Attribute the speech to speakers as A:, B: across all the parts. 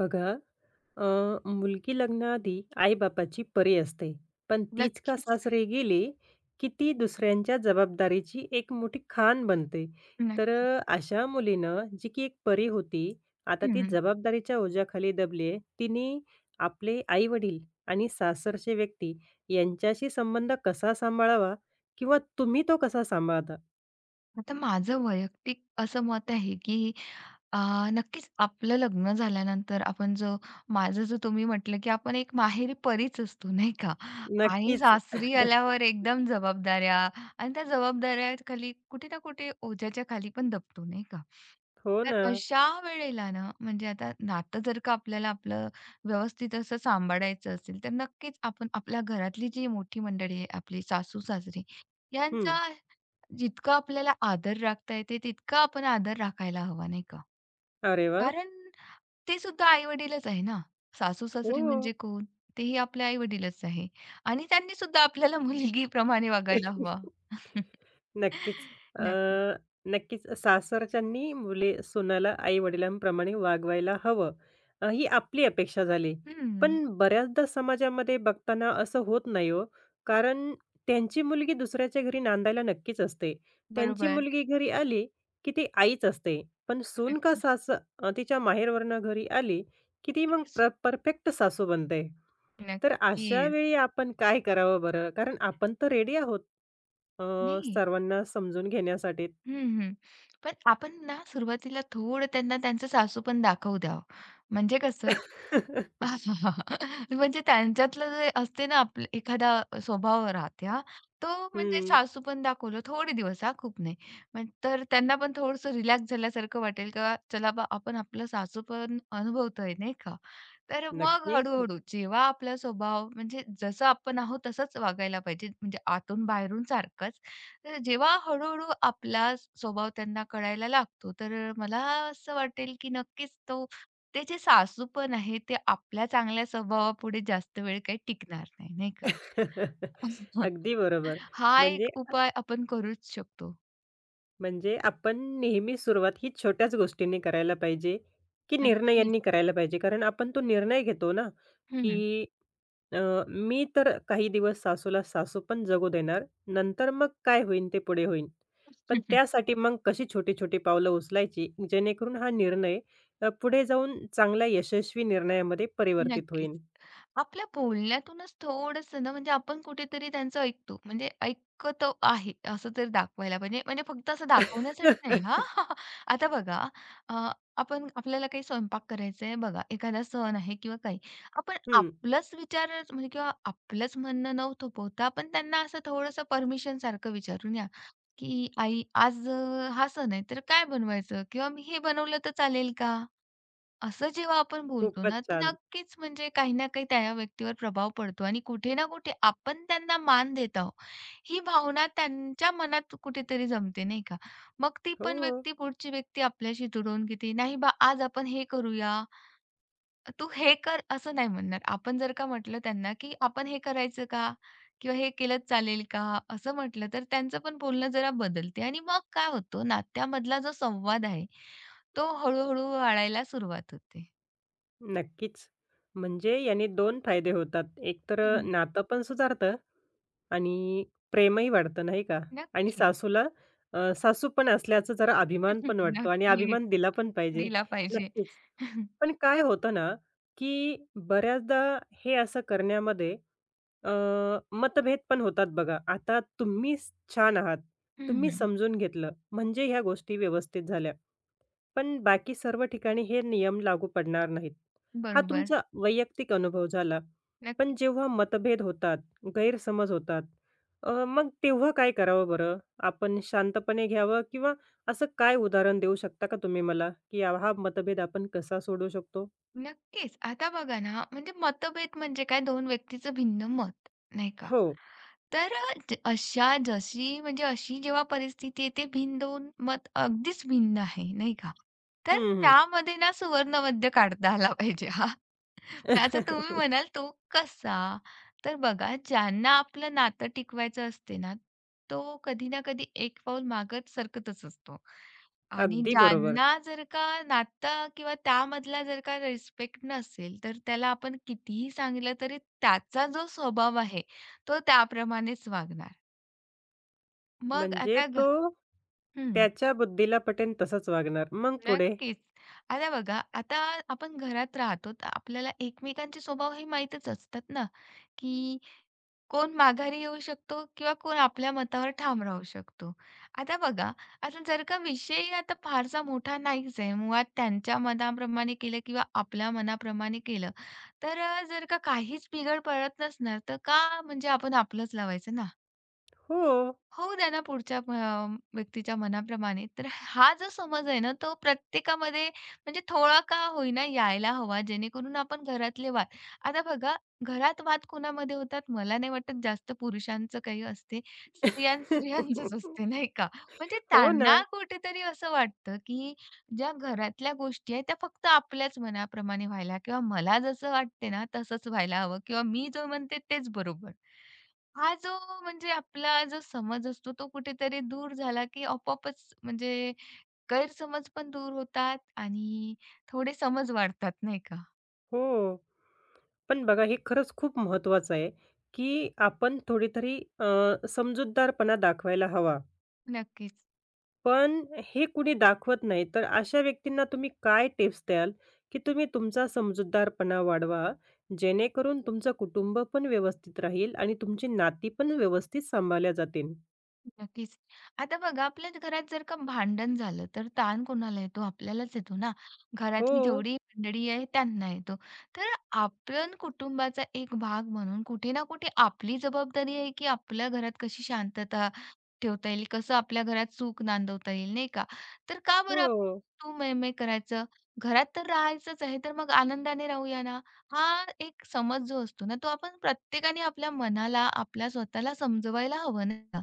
A: बघा, मुलगी लग्नाआधी आई-बापाची परी असते. पण तीच का
B: नक्कीच,
A: सासरी गेली, की ती दुसऱ्यांच्या जबाबदारीची एक मोठी खान बनते. तर
B: नक्कीच.
A: अशा मुलीनं, जी की एक परी होती, आता ती
B: हं.
A: जबाबदारीच्या ओझ्याखाली दबली आहे. तिने आपले आई-वडील आणि सासरचे व्यक्ती यांच्याशी संबंध कसा सांभाळावा किंवा तुम्ही तो कसा सांभाळता?
B: आता माझं वैयक्तिक असं मत आहे, की अ, नक्कीच आपलं लग्न झाल्यानंतर आपण जो माझं जो तुम्ही म्हटलं, की आपण एक माहेरी परीच असतो नाही का? आणि
A: नक्कीच.
B: सासरी आल्यावर एकदम जबाबदाऱ्या आणि त्या जबाबदाऱ्याखाली कुठे ना कुठे ओझ्याच्या खाली पण दबतो नाही का?
A: हो
B: तर
A: ना.
B: अशा वेळेला ना, म्हणजे आता नातं जर का आपल्याला आपलं व्यवस्थित असं सांभाळायचं असेल, तर नक्कीच आपण आपल्या घरातली जी मोठी मंडळी आहे आपली सासू-सासरे
A: हं.
B: यांचा जितकं आपल्याला आदर राखता येते, तितका आपण आदर राखायला हवा, नाही का?
A: अरे वाह!
B: कारण ते सुद्धा आई-वडीलच आहे ना.
A: हो.
B: सासू-सासरे म्हणजे कोण? तेही आपले आई-वडीलच आहे आणि त्यांनी सुद्धा आपल्याला मुलगीप्रमाणे वागायला हवा.
A: नक्कीच. अ,
B: नक्की.
A: नक्कीच सासरच्यांनी मुले सुनाला आई-वडिलांप्रमाणे वागवायला हवं, ही आपली अपेक्षा झाली.
B: हं,
A: पण बऱ्याचदा समाजामध्ये बघताना असं होत नाही हो, कारण त्यांची मुलगी दुसऱ्याच्या घरी नांदायला नक्कीच असते. त्यांची
B: बरोबर.
A: मुलगी घरी आली, की ती आईच असते. पण सून का
B: नक्कीच.
A: तिच्या माहेरवरनं घरी आली, की ती मग
B: किती सु
A: परफेक्ट सासू बनते. तर अशा
B: नक्कीच.
A: वेळी आपण काय करावं बरं? कारण आपण तर रेडी आहोत अ,
B: नाही.
A: सर्वांना समजून घेण्यासाठी.
B: हं, हं. पण आपण ना सुरुवातीला थोडं त्यांना त्यांचं सासूपण दाखवू द्यावं. म्हणजे कसं म्हणजे त्यांच्यातलं जे असते ना आपलं एखादा स्वभाव राहते हां, तो म्हणजे
A: हं,
B: सासू पण दाखवलं थोडे दिवस हां, खूप नाही. मग तर त्यांना पण थोडंसं रिलॅक्स झाल्यासारखं वाटेल किंवा चला बा आपण आपलं सासू पण अनुभवतोय नाही का? तर मग
A: नक्कीच.
B: हळू जेव्हा आपला स्वभाव म्हणजे जसं आपण आहोत तसंच वागायला पाहिजे म्हणजे आतून बाहेरून सारखंच. तर जेव्हा हळू आपला स्वभाव त्यांना कळायला लागतो, तर मला असं वाटेल की नक्कीच तो त्याचे सासू पण आहे, ते आपल्या चांगल्या स्वभावापुढे जास्त वेळ काही टिकणार नाही, नाही का?
A: अगदी बरोबर.
B: हा
A: म्हणजे
B: एक उपाय आपण करूच शकतो.
A: म्हणजे आपण नेहमी सुरुवात ही छोट्याच गोष्टींनी करायला पाहिजे, की
B: नक्कीच.
A: निर्णयांनी करायला पाहिजे. कारण आपण तो निर्णय घेतो ना,
B: हं.
A: की अ, मी तर काही दिवस सासूला सासू पण जगू देणार. नंतर मग काय होईन ते पुढे होईन. पण त्यासाठी मग कशी छोटी-छोटी पावलं उचलायची, जेणेकरून हा निर्णय पुढे जाऊन चांगल्या यशस्वी निर्णयामध्ये परिवर्तित
B: नक्कीच.
A: होईल.
B: आपल्या बोलण्यातूनच थोडंसं ना, म्हणजे आपण कुठेतरी त्यांचं ऐकतो. म्हणजे ऐकत आहे असं तरी दाखवायला पाहिजे. म्हणजे फक्त असं दाखवण्यासाठी नाही हां. आता बघा अ, आपण आपल्याला काही स्वयंपाक करायचा आहे बघा, एखादा सण आहे किंवा काही. आपण
A: हं.
B: आपलाच विचार म्हणजे किंवा आपलंच म्हणणं न थोपवता आपण त्यांना असं थोडंसं परमिशनसारखं विचारून या, की "आई आज हा सण आहे तर काय बनवायचं? किंवा मी हे बनवलं तर चालेल का?" असं जेव्हा आपण बोलतो
A: खूपच
B: ना, तर
A: छान.
B: नक्कीच म्हणजे काही ना काही त्या व्यक्तीवर प्रभाव पडतो आणि कुठे ना कुठे आपण त्यांना मान देत आहोत, ही भावना त्यांच्या मनात कुठेतरी जमते, नाही का? मग ती पण
A: हो.
B: व्यक्ती, पुढची व्यक्ती आपल्याशी जुळवून घेते. "नाही बा, आज आपण हे करूया, तू हे कर," असं नाही म्हणणार. आपण जर का म्हटलं त्यांना, की "आपण हे करायचं का? किंवा हे केलं चालेल का?" असं म्हटलं, तर त्यांचं पण बोलणं जरा बदलते आणि मग काय होतं, नात्यामधला जो संवाद आहे, तो हळू वाढायला सुरुवात होते.
A: नक्कीच. म्हणजे याने दोन फायदे होतात. एक तर
B: हं,
A: नातं पण सुधारतं आणि प्रेमही वाढतं नाही का? आणि
B: नक्कीच.
A: सासूला सासू पण असल्याचा जरा अभिमान पण वाटतो आणि
B: नक्कीच
A: अभिमान दिला पण पाहिजे.
B: दिला पाहिजे.
A: नक्कीच. पण काय होतं ना, की बऱ्याचदा हे असं करण्यामध्ये अ, मतभेद पण होतात बघा. आता तुम्हीच छान आहात. तुम्ही
B: हं,
A: समजून घेतलं म्हणजे ह्या गोष्टी व्यवस्थित झाल्या. पण बाकी सर्व ठिकाणी हे नियम लागू पडणार नाहीत. हा
B: बरोबर.
A: तुमचा वैयक्तिक अनुभव झाला. पण
B: नक्कीच,
A: जेव्हा मतभेद होतात गैरसमज होतात. मग तेव्हा काय करावं बरं? आपण शांतपणे घ्यावं किंवा असं काय उदाहरण देऊ शकता का तुम्ही मला, की हा मतभेद आपण कसा सोडवू शकतो?
B: नक्कीच. आता बघा ना, म्हणजे मतभेद म्हणजे काय 2 व्यक्तीचं भिन्न मत, नाही का?
A: हो.
B: तर अ, ज अशा जशी म्हणजे अशी जेव्हा परिस्थिती येते भिन्न 2 मत अगदीच भिन्न आहे, नाही का? तर
A: हं, हं.
B: त्यामध्ये ना सुवर्णमध्य काढता आला पाहिजे. आता तुम्ही म्हणाल तो कसा? तर बघा ज्यांना आपलं नातं टिकवायचं असते ना, तो कधी ना कधी एक पाऊल मागत सरकतच असतो. आणि
A: अगदी बरोबर.
B: ज्यांना जर का नातं किंवा त्यामधला जर का रिस्पेक्ट नसेल, तर त्याला आपण कितीही सांगितलं तरी त्याचा जो स्वभाव आहे, तो त्याप्रमाणेच वागणार. मग
A: म्हणजे
B: आता घ
A: तो
B: हं,
A: त्याच्या बुद्धीला पटेन तसंच वागणार. मग पुढे?
B: नक्कीच. आता बघा, आता आपण घरात राहतो, तर आपल्याला एकमेकांचे स्वभाव हे माहीतच असतात ना, की कोण माघारी येऊ शकतो किंवा कोण आपल्या मतावर ठाम राहू शकतो. आता बघा, आता जर का विषय आता फारसा मोठा नाहीच आहे. मुळात त्यांच्या मनाप्रमाणे केलं किंवा आपल्या मनाप्रमाणे केलं, तर जर का काहीच बिघड पडत नसणार, तर का म्हणजे आपण आपलंच लावायचं ना?
A: हो.
B: होऊ द्या ना पुढच्या व्यक्तीच्या मनाप्रमाणे. तर हा जो समज आहे ना, तो प्रत्येकामध्ये म्हणजे थोडा का होईना यायला हवा, जेणेकरून आपण घरातले वाद आता बघा, घरात वाद कोणामध्ये होतात? मला नाही वाटत जास्त पुरुषांचं काही असते. स्त्रियांचंच असते, नाही का? म्हणजे
A: हो ना.
B: त्यांना कुठेतरी असं वाटतं, की ज्या घरातल्या गोष्टी आहेत, त्या फक्त आपल्याच मनाप्रमाणे व्हायला किंवा मला जसं वाटते ना, तसंच व्हायला हवं किंवा मी जो म्हणते तेच बरोबर. हा जो म्हणजे आपला जो समज असतो तो कुठेतरी दूर झाला, की आपोआपच म्हणजे गैरसमज पण दूर होतात आणि थोडे समज वाढतात, नाही का?
A: हो. पण बघा हे खरंच खूप महत्त्वाचं आहे, की आपण थोडीतरी समजूतदारपणा दाखवायला हवा.
B: नक्कीच.
A: पण हे कुणी दाखवत नाही. तर अशा व्यक्तींना तुम्ही काय टिप्स द्याल, की तुम्ही तुमचा समजूतदारपणा वाढवा, जेणेकरून तुमचं कुटुंब पण व्यवस्थित राहील आणि तुमची नाती पण व्यवस्थित सांभाळल्या जातील?
B: नक्कीच. आता बघा आपल्याच घरात जर का भांडण झालं, तर ताण कोणाला येतो? आपल्यालाच येतो ना.
A: हो,
B: घरातली जेवढी मंडळी आहे त्यांना येतो. तर आपण कुटुंबाचा एक भाग म्हणून कुठे ना कुठे आपली जबाबदारी आहे, की आपल्या घरात कशी शांतता ठेवता येईल, कसं आपल्या घरात सुख नांदवता येईल, नाही का? तर का बरं आपण
A: हो.
B: तू-मैं-मैं करायचं? घरात तर राहायचंच आहे, तर मग आनंदाने राहूया ना. हा एक समज जो असतो ना, तो आपण प्रत्येकाने आपल्या मनाला, आपल्या स्वतःला समजवायला हवं ना.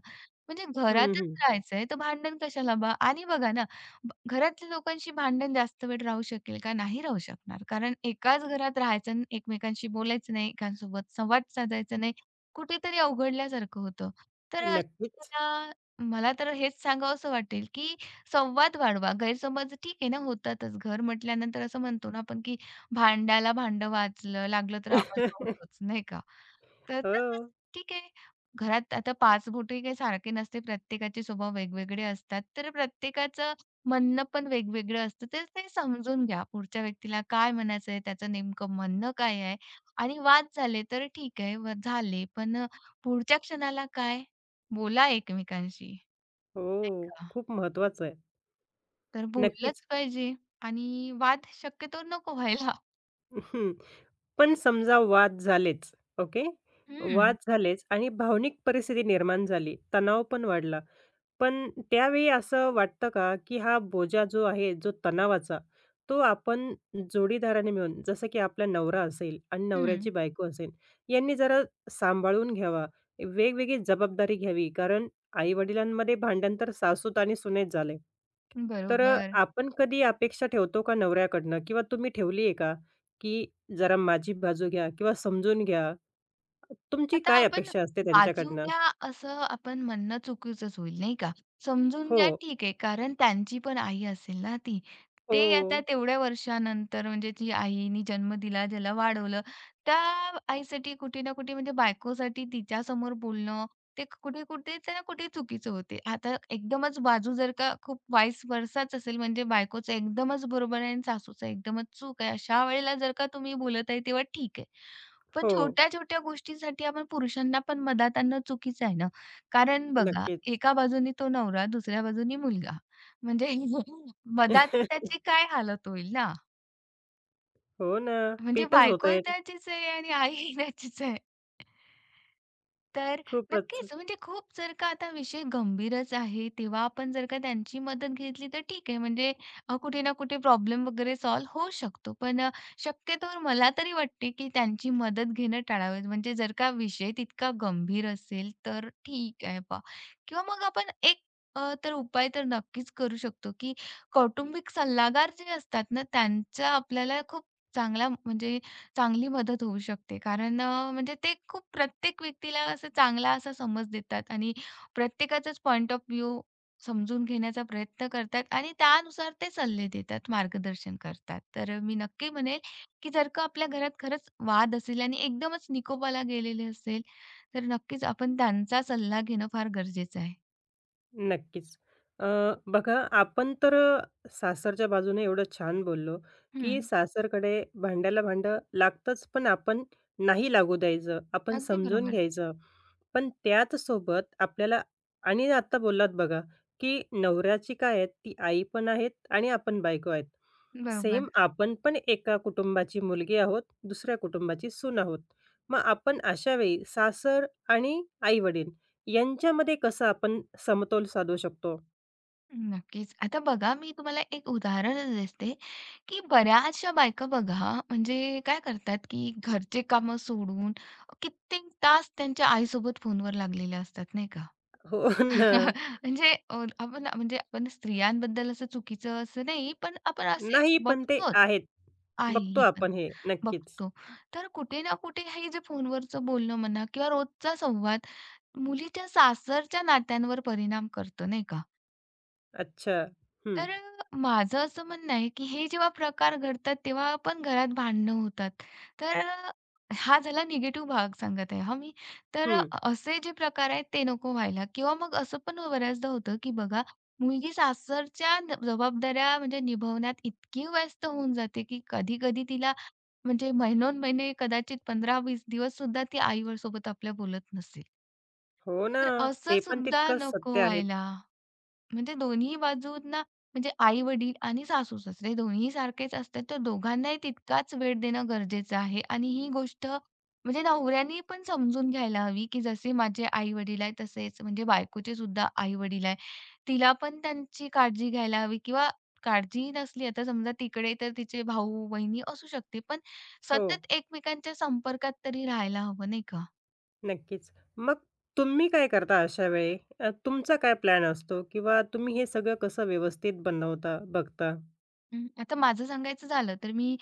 B: म्हणजे
A: हं,
B: घरातच
A: हं.
B: राहायचंय, तर भांडण कशाला बा आणि बघा ना, घरातल्या लोकांशी भांडण जास्त वेळ राहू शकेल का? नाही राहू शकणार. कारण एकाच घरात राहायचं आणि एकमेकांशी बोलायचं नाही, एकांसोबत संवाद साधायचा नाही, कुठेतरी अवघडल्यासारखं होतं. तर अशा
A: नक्कीच.
B: वेळेला मला तर हेच सांगावसं वाटेल, की संवाद वाढवा. गैरसमज ठीक आहे ना, होतातच. घर म्हटल्यानंतर असं म्हणतो ना आपण, की भांड्याला भांडं वाजलं लागलं तर आवाज होतोच, नाही का? तर तसंच
A: हो,
B: ठीक आहे. घरात आता 5 बोटे काही सारखे नसते. प्रत्येकाचे स्वभाव वेगवेगळे असतात. तर प्रत्येकाचं म्हणणं पण वेगवेगळं असतं. तर ते समजून घ्या. पुढच्या व्यक्तीला काय म्हणायचं आहे, त्याचं नेमकं म्हणणं काय आहे? आणि वाद झाले तर ठीक आहे, व झाले. पण पुढच्या क्षणाला काय? बोला एकमेकांशी, नाही
A: हो.
B: का?
A: खूप महत्त्वाचं आहे.
B: तर
A: नक्कीच.
B: बोललंच पाहिजे आणि वाद शक्यतो नको व्हायला.
A: हं. पण समजा वाद झालेच, ओके? वाद
B: हं,
A: झालेच आणि भावनिक परिस्थिती निर्माण झाली, तणाव पण वाढला. पण त्यावेळी असं वाटतं का, की हा बोजा जो आहे, जो तणावाचा, तो आपण जोडीदाराने मिळून, जसं की आपला नवरा असेल आणि
B: हं.
A: नवऱ्याची बायको असेल, यांनी जरा सांभाळून घ्यावा. वेगवेगळी जबाबदारी घ्यावी, कारण आई-वडिलांमध्ये भांडण तर सासूत आणि सुनेत झालंय. तर
B: बरोबर.
A: आपण कधी अपेक्षा ठेवतो का नवऱ्याकडनं किंवा तुम्ही ठेवली आहे का, की जरा माझी बाजू घ्या किंवा समजून घ्या? तुमची
B: आता
A: काय
B: आपण
A: अपेक्षा असते
B: बाजू
A: त्यांच्याकडनं?
B: घ्या असं आपण म्हणणं चुकीचंच होईल नाही का? समजून
A: हो.
B: घ्या ठीक आहे कारण त्यांची पण आई असेल ना ती. ते
A: हो.
B: आता तेवढ्या वर्षानंतर म्हणजे जी आईनी जन्म दिला, ज्याला वाढवलं, त्या आईसाठी कुठे ना कुठे म्हणजे बायकोसाठी तिच्यासमोर बोलणं ते कुठे-कुठे ना कुठे चुकीचं होते. आता एकदमच बाजू जर का खूप वाईस वर्साच असेल म्हणजे बायकोचं एकदमच बरोबर आहे आणि सासूचं एकदमच चूक आहे. अशा वेळेला जर का तुम्ही बोलत आहे तेव्हा ठीक आहे. पण
A: हो.
B: छोट्या-छोट्या गोष्टीसाठी आपण पुरुषांना पण मदत आणणं चुकीचं आहे ना. कारण बघा,
A: नक्कीच.
B: एका बाजूनी तो नवरा, दुसऱ्या बाजूनी मुलगा. म्हणजे मदात त्याची काय हालत होईल ना.
A: हो ना.
B: म्हणजे
A: पीठच
B: बायकोही
A: होतंय.
B: त्याचीच आहे आणि आईही त्याचीच आहे. तर
A: खूपच.
B: नक्कीच, म्हणजे खूप जर का आता विषय गंभीरच आहे, तेव्हा आपण जर का त्यांची मदत घेतली तर ठीक आहे. म्हणजे कुठे ना कुठे प्रॉब्लेम वगैरे सॉल्व्ह होऊ शकतो. पण शक्यतोवर मला तरी वाटते, की त्यांची मदत घेणं टाळावे. म्हणजे जर का विषय तितका गंभीर असेल तर ठीक आहे बा. किंवा मग आपण एक तर उपाय तर नक्कीच करू शकतो, की कौटुंबिक सल्लागार जे असतात ना, त्यांचा आपल्याला खूप चांगला म्हणजे चांगली मदत होऊ शकते. कारण म्हणजे ते खूप प्रत्येक व्यक्तीला असं चांगला असा समज देतात आणि प्रत्येकाचाच पॉइंट ऑफ व्ह्यू समजून घेण्याचा प्रयत्न करतात आणि त्यानुसार ते सल्ले देतात, मार्गदर्शन करतात. तर मी नक्की म्हणेल, की जर का आपल्या घरात खरंच वाद असेल आणि एकदमच निकोपाला गेलेले असेल, तर नक्कीच आपण त्यांचा सल्ला घेणं फार गरजेचं आहे.
A: नक्कीच. अ, बघा आपण तर सासरच्या बाजूने एवढं छान बोललो,
B: हं,
A: की सासरकडे भांड्याला भांडं लागतंच, पण आपण नाही लागू द्यायचं. आपण
B: अगदी
A: समजून
B: बरोबर.
A: घ्यायचं. पण त्याच सोबत आपल्याला आणि आता बोललात बघा, की नवऱ्याची काय आहे ती आई पण आहेत आणि आपण बायको आहेत.
B: बरोबर.
A: सेम आपण पण एका कुटुंबाची मुलगी आहोत, दुसऱ्या कुटुंबाची सून आहोत. मग आपण अशा वेळी सासर आणि आई-वडील यांच्यामध्ये कसं आपण समतोल साधू शकतो?
B: नक्कीच. आता बघा मी तुम्हाला एक उदाहरणच देते, की बऱ्याचशा बायका बघा म्हणजे काय करतात, की घरचे कामं सोडून कित्येक तास त्यांच्या आईसोबत फोनवर लागलेल्या असतात, नाही का?
A: हो ना.
B: म्हणजे आपण म्हणजे आपण स्त्रियांबद्दल असं चुकीचं असं नाही, पण आपण असे
A: नाही, पण ते
B: बघतोच
A: आहेत.
B: आहे
A: बघतो
B: ही पण
A: आपण हे नक्कीच.
B: बघतो. तर कुठे ना कुठे हे जे फोनवरचं बोलणं म्हणा किंवा रोजचा संवाद मुलीच्या सासरच्या नात्यांवर परिणाम करतो, नाही का?
A: अच्छा. हं,
B: तर माझं असं म्हणणं आहे, की हे जेव्हा प्रकार घडतात, तेव्हा पण घरात भांडणं होतात. तर हा झाला निगेटिव्ह भाग सांगत आहे हां मी. तर
A: हं.
B: असे जे प्रकार आहेत ते नको व्हायला किंवा मग असं पण बऱ्याचदा होतं, की बघा मुलगी सासरच्या न जबाबदाऱ्या म्हणजे निभवण्यात इतकी व्यस्त होऊन जाते, की कधी-कधी तिला म्हणजे महिनोन-महिने कदाचित 15-20 दिवससुद्धा ती आईवर सोबत आपल्या बोलत नसेल.
A: हो ना.
B: तर असं
A: ते पण
B: सुद्धा
A: तितकंच
B: नको
A: सत्य आहेत.
B: व्हायला. म्हणजे दोन्ही बाजूंना म्हणजे आई-वडील आणि सासू-सासरे दोन्ही सारखेच असतात, तर दोघांनाही तितकाच वेळ देणं गरजेचं आहे. आणि ही गोष्ट म्हणजे नवऱ्याने पण समजून घ्यायला हवी, की जसे माझे आई-वडील आहे, तसेच म्हणजे बायकोचे सुद्धा आई-वडील आहे. तिला पण त्यांची काळजी घ्यायला हवी किंवा काळजी नसली आता समजा तिकडे तर तिचे भाऊ-बहिणी असू शकते, पण
A: हो,
B: सतत एकमेकांच्या संपर्कात तरी राहायला हवं, नाही का?
A: नक्कीच. मग तुम्ही काय करता अशा वेळी? तुमचा काय प्लॅन असतो किंवा तुम्ही हे सगळं कसं व्यवस्थित बनवता, बघता?
B: हं, आता माझं सांगायचं झालं तर मी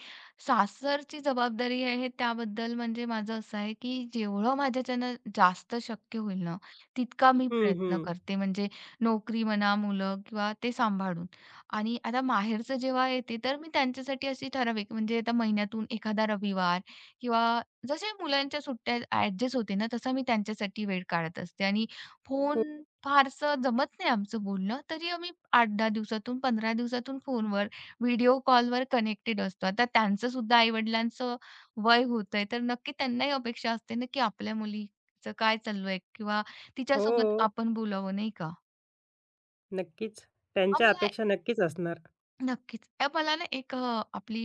B: सासरची जबाबदारी आहे त्याबद्दल म्हणजे माझं असं आहे, की जेवढं माझ्याच्यानं जास्त शक्य होईल ना, तितका मी
A: हं,
B: प्रयत्न
A: हं.
B: करते. म्हणजे नोकरी म्हणा, मुलं किंवा ते सांभाळून. आणि आता माहेरचं जेव्हा येते तर मी त्यांच्यासाठी अशी ठराविक म्हणजे आता महिन्यातून एखादा रविवार किंवा जसे मुलांच्या सुट्ट्या ॲडजस्ट होते ना, तसा मी त्यांच्यासाठी वेळ काढत असते. आणि फोन
A: खूप
B: फारसं जमत नाही आमचं बोलणं, तरी आम्ही 8-10 दिवसातून, 15 दिवसातून फोनवर व्हिडिओ कॉलवर कनेक्टेड असतो. आता त्यांचं सुद्धा आई-वडिलांचं वय होतंय, तर नक्की त्यांनाही अपेक्षा असते ना, की आपल्या मुलीचं काय चालू आहे किंवा तिच्यासोबत
A: हो,
B: आपण बोलावं, नाही का?
A: नक्कीच. त्यांच्या
B: हां,
A: अपेक्षा नक्कीच असणार.
B: नक्कीच. मला ना एक आपली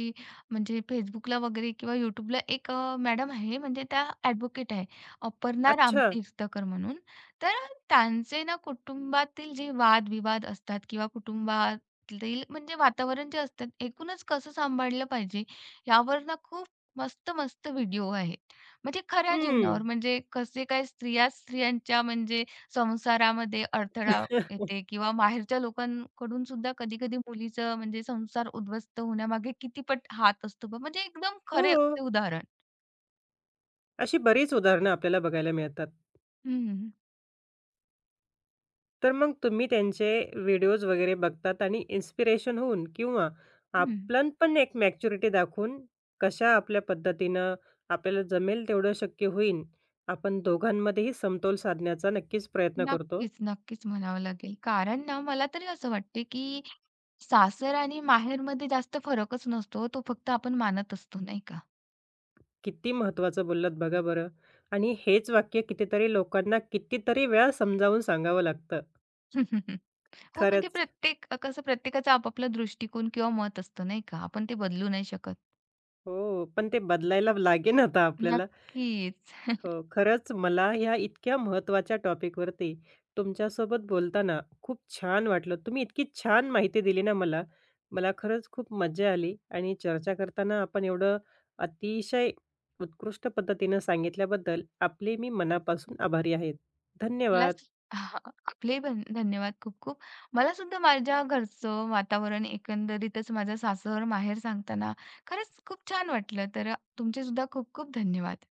B: म्हणजे Facebookला वगैरे किंवा YouTubeला एक मॅडम आहे म्हणजे त्या ॲडव्होकेट आहे. अपर्णा
A: अच्छा.
B: रामतीर्थकर म्हणून. तर त्यांचे ना कुटुंबातील जे वाद-विवाद असतात किंवा कुटुंबातील म्हणजे वातावरण जे असतात, एकूणच कसं सांभाळलं पाहिजे यावर ना खूप मस्त-मस्त व्हिडिओ आहेत. म्हणजे खऱ्या
A: हं.
B: जीवनावर म्हणजे कसे काय स्त्रियांच्या म्हणजे संसारामध्ये अडथळा येते किंवा माहेरच्या लोकांकडून सुद्धा कधी-कधी मुलीचं म्हणजे संसार उद्ध्वस्त होण्यामागे किती पट हात असतो बा म्हणजे एकदम खरे
A: हो.
B: असे उदाहरण.
A: अशी बरीच उदाहरणं आपल्याला बघायला मिळतात.
B: हं,
A: तर मग तुम्ही त्यांचे व्हिडिओज वगैरे बघतात आणि इन्स्पिरेशन होऊन किंवा
B: हं.
A: आपण पण एक मॅच्युरिटी दाखवून कशा आपल्या पद्धतीनं आपल्याला जमेल तेवढं शक्य होईल, आपण दोघांमध्येही समतोल साधण्याचा नक्कीच प्रयत्न करतो.
B: नक्कीच, नक्कीच म्हणावं लागेल. कारण ना मला तरी असं वाटते, की सासर आणि माहेरमध्ये जास्त फरकच नसतो. हो. तो फक्त आपण मानत असतो, नाही का?
A: किती महत्त्वाचं बोललात बघा बरं. आणि हेच वाक्य कितीतरी लोकांना कितीतरी वेळा समजावून सांगावं लागतं.
B: हो, म्हणजे
A: खरंच.
B: प्रत्येक कसं प्रत्येकाचा आपापला दृष्टिकोन किंवा मत असतं, नाही का? आपण ते बदलू नाही शकत.
A: हो, पण ते बदलायला लागेन आता आपल्याला.
B: नक्कीच.
A: हो, खरंच मला ह्या इतक्या महत्त्वाच्या टॉपिकवरती तुमच्यासोबत बोलताना खूप छान वाटलं. तुम्ही इतकी छान माहिती दिली ना मला. मला खरंच खूप मज्जा आली आणि चर्चा करताना आपण एवढं अतिशय उत्कृष्ट पद्धतीनं सांगितल्याबद्दल आपले मी मनापासून आभारी आहेत.
B: मला स
A: धन्यवाद.
B: हां, आपलेही पण धन्यवाद खूप-खूप. मला सुद्धा माझ्या घरचं वातावरण एकंदरीतच माझं सासर-माहेर सांगताना खरंच खूप छान वाटलं. तर तुमचे सुद्धा खूप-खूप धन्यवाद.